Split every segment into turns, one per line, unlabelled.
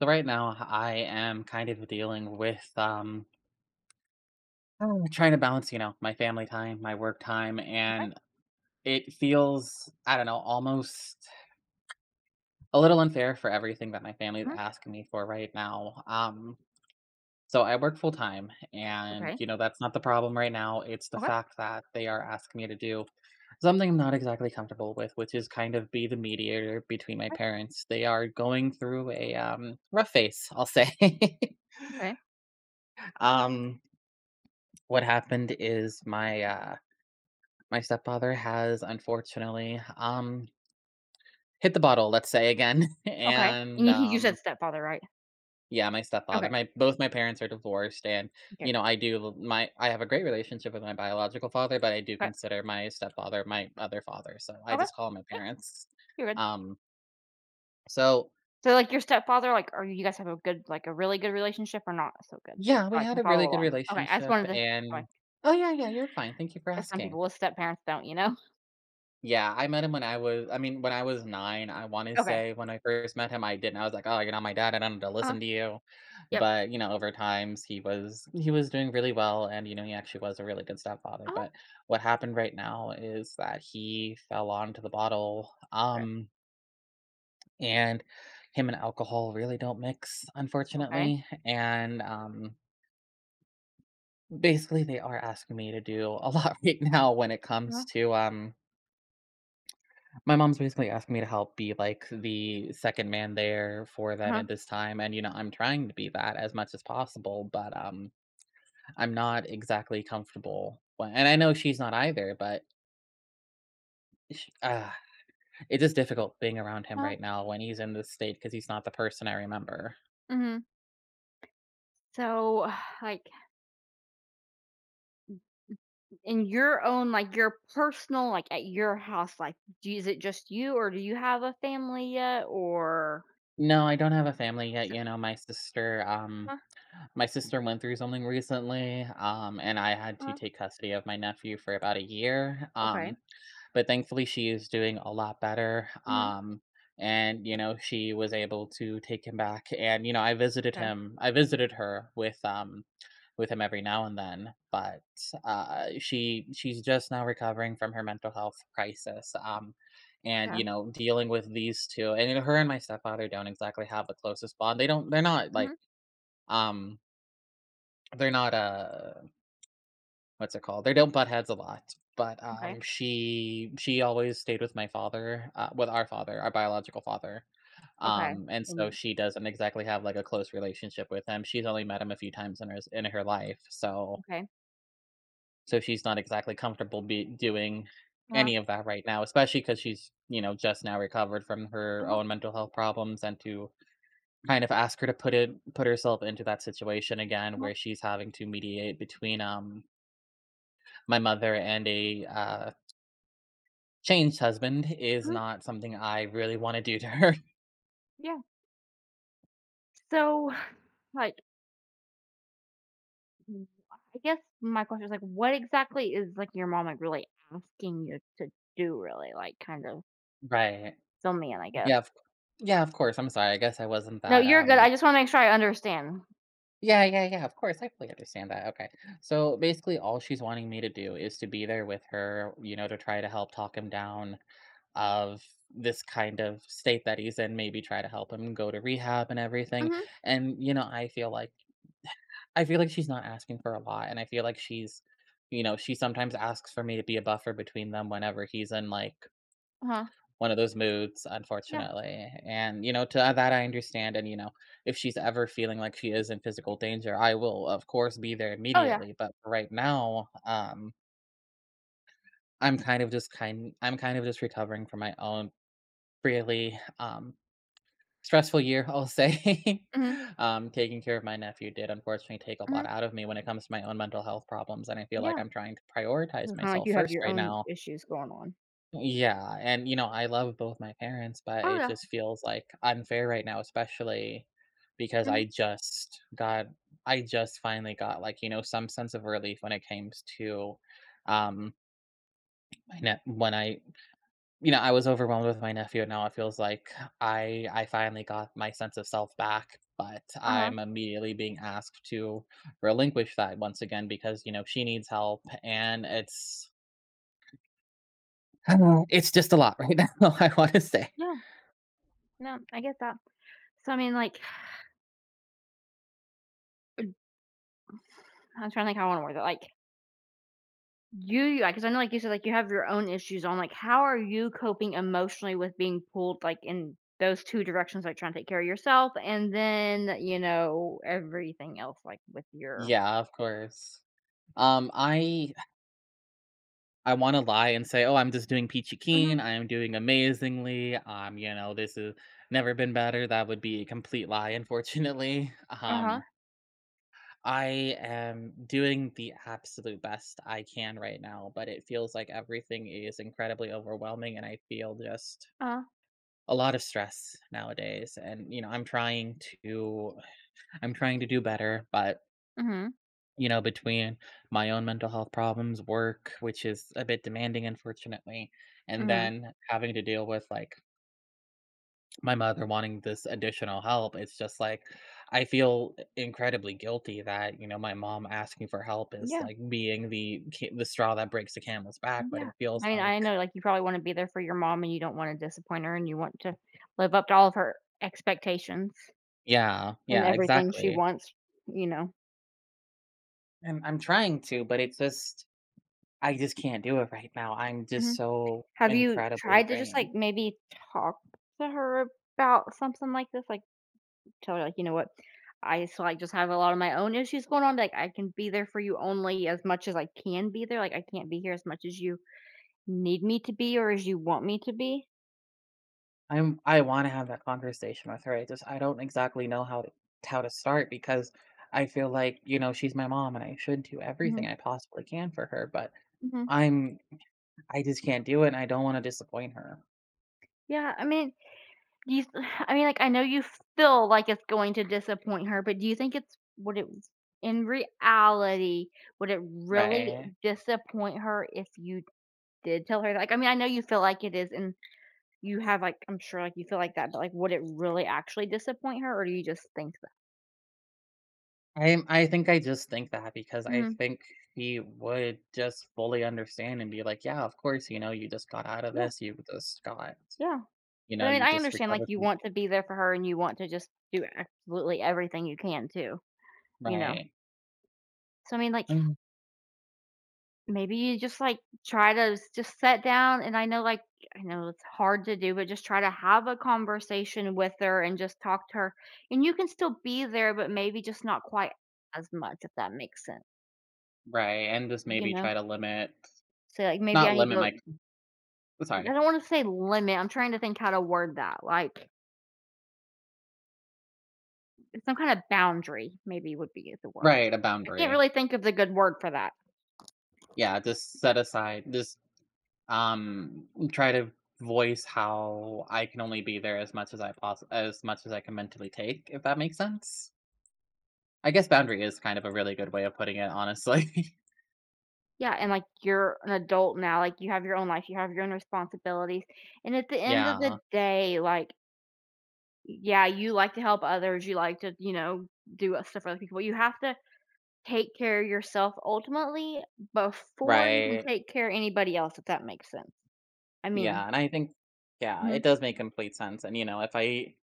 So right now, I am kind of dealing with uh, trying to balance, my family time, my work time,
Okay,
and it feels, I don't know, almost a little unfair for everything that my family is
mhm,
asking me for right now. So I work full time, and
okay,
that's not the problem right now. It's the
okay,
fact that they are asking me to do something I'm not exactly comfortable with, which is kind of be the mediator between my
okay,
parents. They are going through a rough phase, I'll say.
okay,
um, What happened is my stepfather has unfortunately hit the bottle, let's say again.
okay, and
and
you said
um
stepfather, right?
yeah, my stepfather,
Okay,
my both my parents are divorced. And
okay,
you know, I do my I have a great relationship with my biological father, but I do
okay,
consider my stepfather my other father. So I
okay,
just call him my
yeah,
parents.
you're good.
Um so,
So, like, your stepfather, like, are you guys have a good like, a really good relationship or not so good? Just
yeah,
so
we
I
had
can
a really
follow
good
along. Okay, I just
relationship.
wanted to like,
And oh yeah, yeah, you're fine. Thank you for
'cause some people
asking.
with step parents don't, you know?
Yeah, I met him when I mean, when I was 9, I wanna
Okay,
say. When I first met him, I didn't I was like, "Oh, you're not my dad, I don't need to
uh
listen to you."
yep,
But, over times, he was doing really well, and, he actually was a really good stepfather.
uh
But what happened right now is that he fell onto the bottle,
okay,
and him and alcohol really don't mix,
okay,
unfortunately, and, basically, they are asking me to do a lot right now when it
uh-huh,
comes to, my mom's basically asking me to help be, like, the second man there for them
uh-huh,
at this time, and, I'm trying to be that as much as possible, but, I'm not exactly comfortable we and I know she's not either, but sh ah, it's just difficult being around him
uh-huh,
right now when he's in this state because he's not the person I remember.
mhm. So, like, in your own like, your personal like, at your house, like, do is it just you, or do you have a family yet, or
No, I don't have a family yet. You know, my sister, um
so
my sister went through something recently, and I had to
uh-huh,
take custody of my nephew for about a year,
okay.
but thankfully she is doing a lot better.
Mhm,
And she was able to take him back, and I visited
'kay,
him I visited her with him every now and then. But she's just now recovering from her mental health crisis.
'kay.
And
Mhm, okay,
dealing with these two. And, her and my stepfather don't exactly have the closest bond. They don't they're not
yeah. Mm-hmm.
like, um they're not what's it called? They don't butt heads a lot, but
Okay.
she always stayed with my father, with our father, our biological father.
Okay.
And so
And
she doesn't exactly have like a close relationship with him. She's only met him a few times in her life. So
okay.
so she's not exactly comfortable be doing
Uh-huh,
any of that right now, especially because she's just now recovered from her
uh-huh,
own mental health problems. And to kind of ask her to put herself into that situation again
uh-huh,
where she's having to mediate between, my mother and a, changed husband is
mhm,
not something I really wanna do to her.
yeah. So, like, w I guess my question is, like, what exactly is, like, your mom, like, really asking you to do really? Like, kind of
Right.
fill me in, I guess.
Yeah, of yeah, of course, I'm sorry, I guess I wasn't
No,
that,
you're good,
um
I just wanna make sure I understand.
Yeah, yeah, yeah, of course, I fully understand that, okay. So, basically, all she's wanting me to do is to be there with her, to try to help talk him down of this kind of state that he's in, maybe try to help him go to rehab and everything.
Mhm,
And, I feel like, she's not asking for a lot. And I feel like she sometimes asks for me to be a buffer between them whenever he's in, like,
uh-huh,
one of those moods,
yeah.
unfortunately. And, you know, to that I understand. And, if she's ever feeling like she is in physical danger, I will, of course, be there
Oh, yeah.
immediately. But for right now, I'm kind of just recovering from my own really stressful year, I'll say.
Mhm,
Taking care of my nephew did unfortunately take a lot
mhm,
out of me when it comes to my own mental health problems. And I feel like
yeah.
I'm trying to prioritize
Kinda like
myself
you have
first
your
right
own
now.
issues going on.
Yeah, and, I love both my parents, but
Oh,
it
yeah.
just feels, like, unfair right now, especially because
Mhm,
I just finally got, like, some sense of relief when it comes to, um, my ne when I you know, I was overwhelmed with my nephew. And now it feels like I finally got my sense of self back, but
uh-huh,
I'm immediately being asked to relinquish that once again because, she needs help. And it's just a lot right now, I want to say.
yeah. No, I get that. So, I mean, like, I'm trying to think how I wanna word that, like You because I know, like you said, like, you have your own issues on, like, how are you coping emotionally with being pulled, like, in those 2 directions, like, trying to take care of yourself and then, everything else, like, with your
Yeah, of course. Um, I I want to lie and say, "Oh, I'm just doing peachy
mhm.
keen. I am doing amazingly. This has never been better." That would be a complete lie, unfortunately.
Uh-huh.
Um, I am doing the absolute best I can right now, but it feels like everything is incredibly overwhelming, and I feel just
Uh-huh.
a lot of stress nowadays. And I'm trying to do better. But
Mhm.
between my own mental health problems, work, which is a bit demanding unfortunately, and
Mhm.
then having to deal with, like, my mother wanting this additional help, it's just like I feel incredibly guilty that, my mom asking for help is
Yeah.
like being the straw that breaks the camel's back. But
Yeah.
it
I
feels
mean,
like
I know, like, you probably wanna be there for your mom and you don't wanna disappoint her and you want to live up to all of her expectations
yeah,
and
yeah,
everything she
exactly.
wants, you know.
And I'm trying to, but it's just I just can't do it right now. I'm just
Mhm.
so
Have you
incredibly
tried to just, like,
drained.
maybe talk to her about something like this? Like, tell her, like, "You know what? I So I just have a lot of my own issues going on, like, I can be there for you only as much as I can be there, like, I can't be here as much as you need me to be or as you want me to be."
I want to have that conversation with her. I don't exactly know how to start, because I feel like, she's my mom and I should do everything
Mhm,
I possibly can for her, but
mhm.
I'm I just can't do it, and I don't wanna disappoint her,
Yeah, I mean, do you th- I mean, like, I know you feel like it's going to disappoint her, but do you think it's would it in reality, would it really
right?
disappoint her if you did tell her, like I mean, I know you feel like it is and you have, like I'm sure, like, you feel like that, but, like, would it really actually disappoint her, or do you just think that
I think I just think that, because I
mhm.
think he would just fully understand and be like, "Yeah, of course, you just got out of
Yeah,
this, you just got
yeah.
you
But,
know,
I mean,
you
I
just
understand, like,
recovered
you
from—"
want to be there for her and you want to just do absolutely everything you can too, you know?
Right.
So, I mean, like,
Mhm.
maybe you just, like, try to s just sit down and I know it's hard to do, but just try to have a conversation with her and just talk to her. And you can still be there, but maybe just not quite as much, if that makes sense,
Right, and just
you
maybe
know?
try to limit,
So, like, maybe
not
I need
limit
to
my,
I
sorry.
don't wanna say limit, I'm trying to think how to word that, like, some kind of boundary maybe would be the word.
Right, a
I can't
boundary.
really think of the good word for that.
Yeah, just set aside, just, try to voice how I can only be there as much as I can mentally take, if that makes sense? I guess boundary is kind of a really good way of putting it, honestly.
Yeah, and, like, you're an adult now, like, you have your own life, you have your own responsibilities, and at the end of
Yeah.
the day, like yeah, you like to help others, you like to, you know, do stuff for other people. You have to take care of yourself ultimately before you can
Right.
take care of anybody else, if that makes sense. I mean
Yeah, and I think, yeah,
mhm,
it does make complete sense, and, if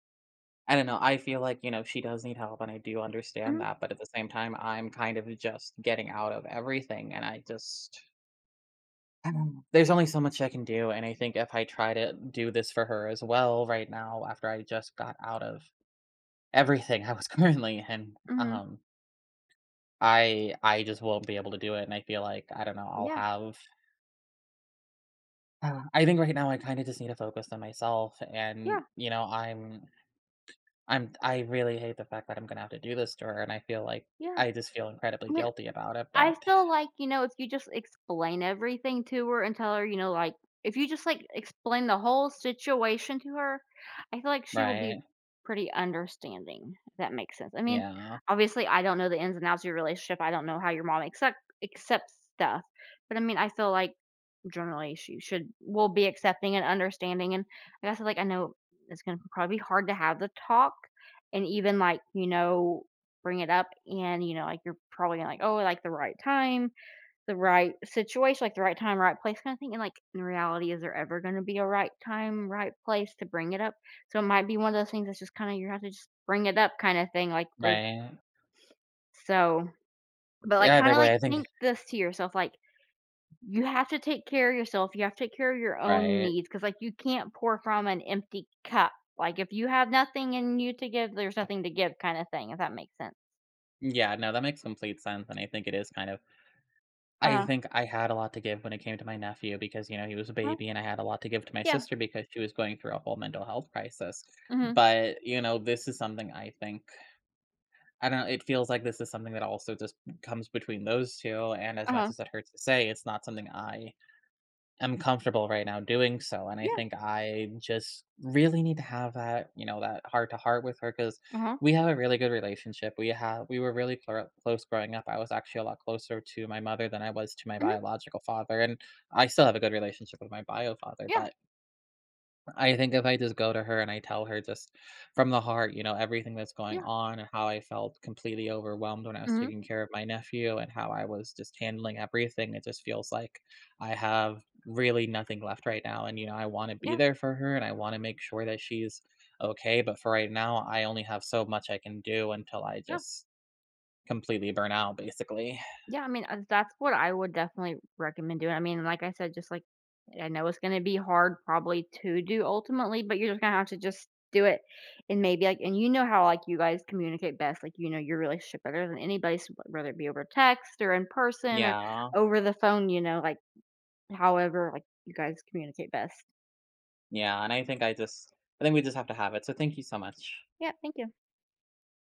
I don't know, I feel like, she does need help, and I do understand
mhm,
that, but at the same time, I'm kind of just getting out of everything, and I don't know. There's only so much I can do, and I think if I try to do this for her as well right now, after I just got out of everything I was currently in,
mhm.
um, I just won't be able to do it, and I feel like, I don't know,
Yeah,
I think right now I kinda just need to focus on myself.
yeah,
And, I really hate the fact that I'm gonna have to do this to her, and I feel like
yeah.
I just feel incredibly
I mean,
guilty about it,
I
but—
feel like, if you just explain everything to her and tell her, like, if you just, like, explain the whole situation to her, I feel like she will be
Right.
pretty understanding, if that makes sense. I mean,
Yeah.
obviously, I don't know the ins and outs of your relationship. I don't know how your mom accepts stuff. But I mean, I feel like generally she should will be accepting and understanding and like I guess like I know it's gonna probably be hard to have the talk and even like, bring it up and like you're probably gonna like, oh, like the right time, the right situation, like the right time, right place kind of thing. And like in reality, is there ever gonna be a right time, right place to bring it up? So it might be one of those things that's just kinda you have to just bring it up kind of thing, like those
Right.
so but like kind
Either
of like
way, I think—
think this to yourself like you have to take care of yourself, you have to take care of your own
Right.
needs, because like, you can't pour from an empty cup. Like, if you have nothing in you to give, there's nothing to give kinda thing, if that makes sense.
Yeah, no, that makes complete sense, and I think it is kind of—
Uh-huh,
I had a lot to give when it came to my nephew because, he was a
uh-huh,
baby, and I had a lot to give to my
yeah,
sister because she was going through a whole mental health crisis.
mhm,
But, this is something, I think, I don't know, it feels like this is something that also just comes between those two, and as much
uh-huh,
as it hurts to say, it's not something I am comfortable right now doing so. And I
yeah,
think I just really need to have that, that heart to heart with her, because
uh-huh,
we have a really good relationship. We have we were really clor close growing up. I was actually a lot closer to my mother than I was to my
mhm,
biological father, and I still have a good relationship with my bio father.
yeah,
But I think if I just go to her and I tell her just from the heart, everything that's going
yeah,
on, and how I felt completely overwhelmed when I was
mhm,
taking care of my nephew, and how I was just handling everything, it just feels like I have really nothing left right now. And, I want to be
yeah,
there for her, and I want to make sure that she's okay. But for right now, I only have so much I can do until I
yeah.
just completely burn out, basically.
Yeah, I mean, that's what I would definitely recommend doing. I mean, like I said, just like I know it's going to be hard probably to do ultimately, but you're just going to have to just do it. And maybe like, and you know how like you guys communicate best, like you know your relationship better than anybody, so whether it be over text or in person or
Yeah.
over the phone, like however, like you guys communicate best.
Yeah. And I think we just have to have it. So thank you so much.
Yeah, thank you.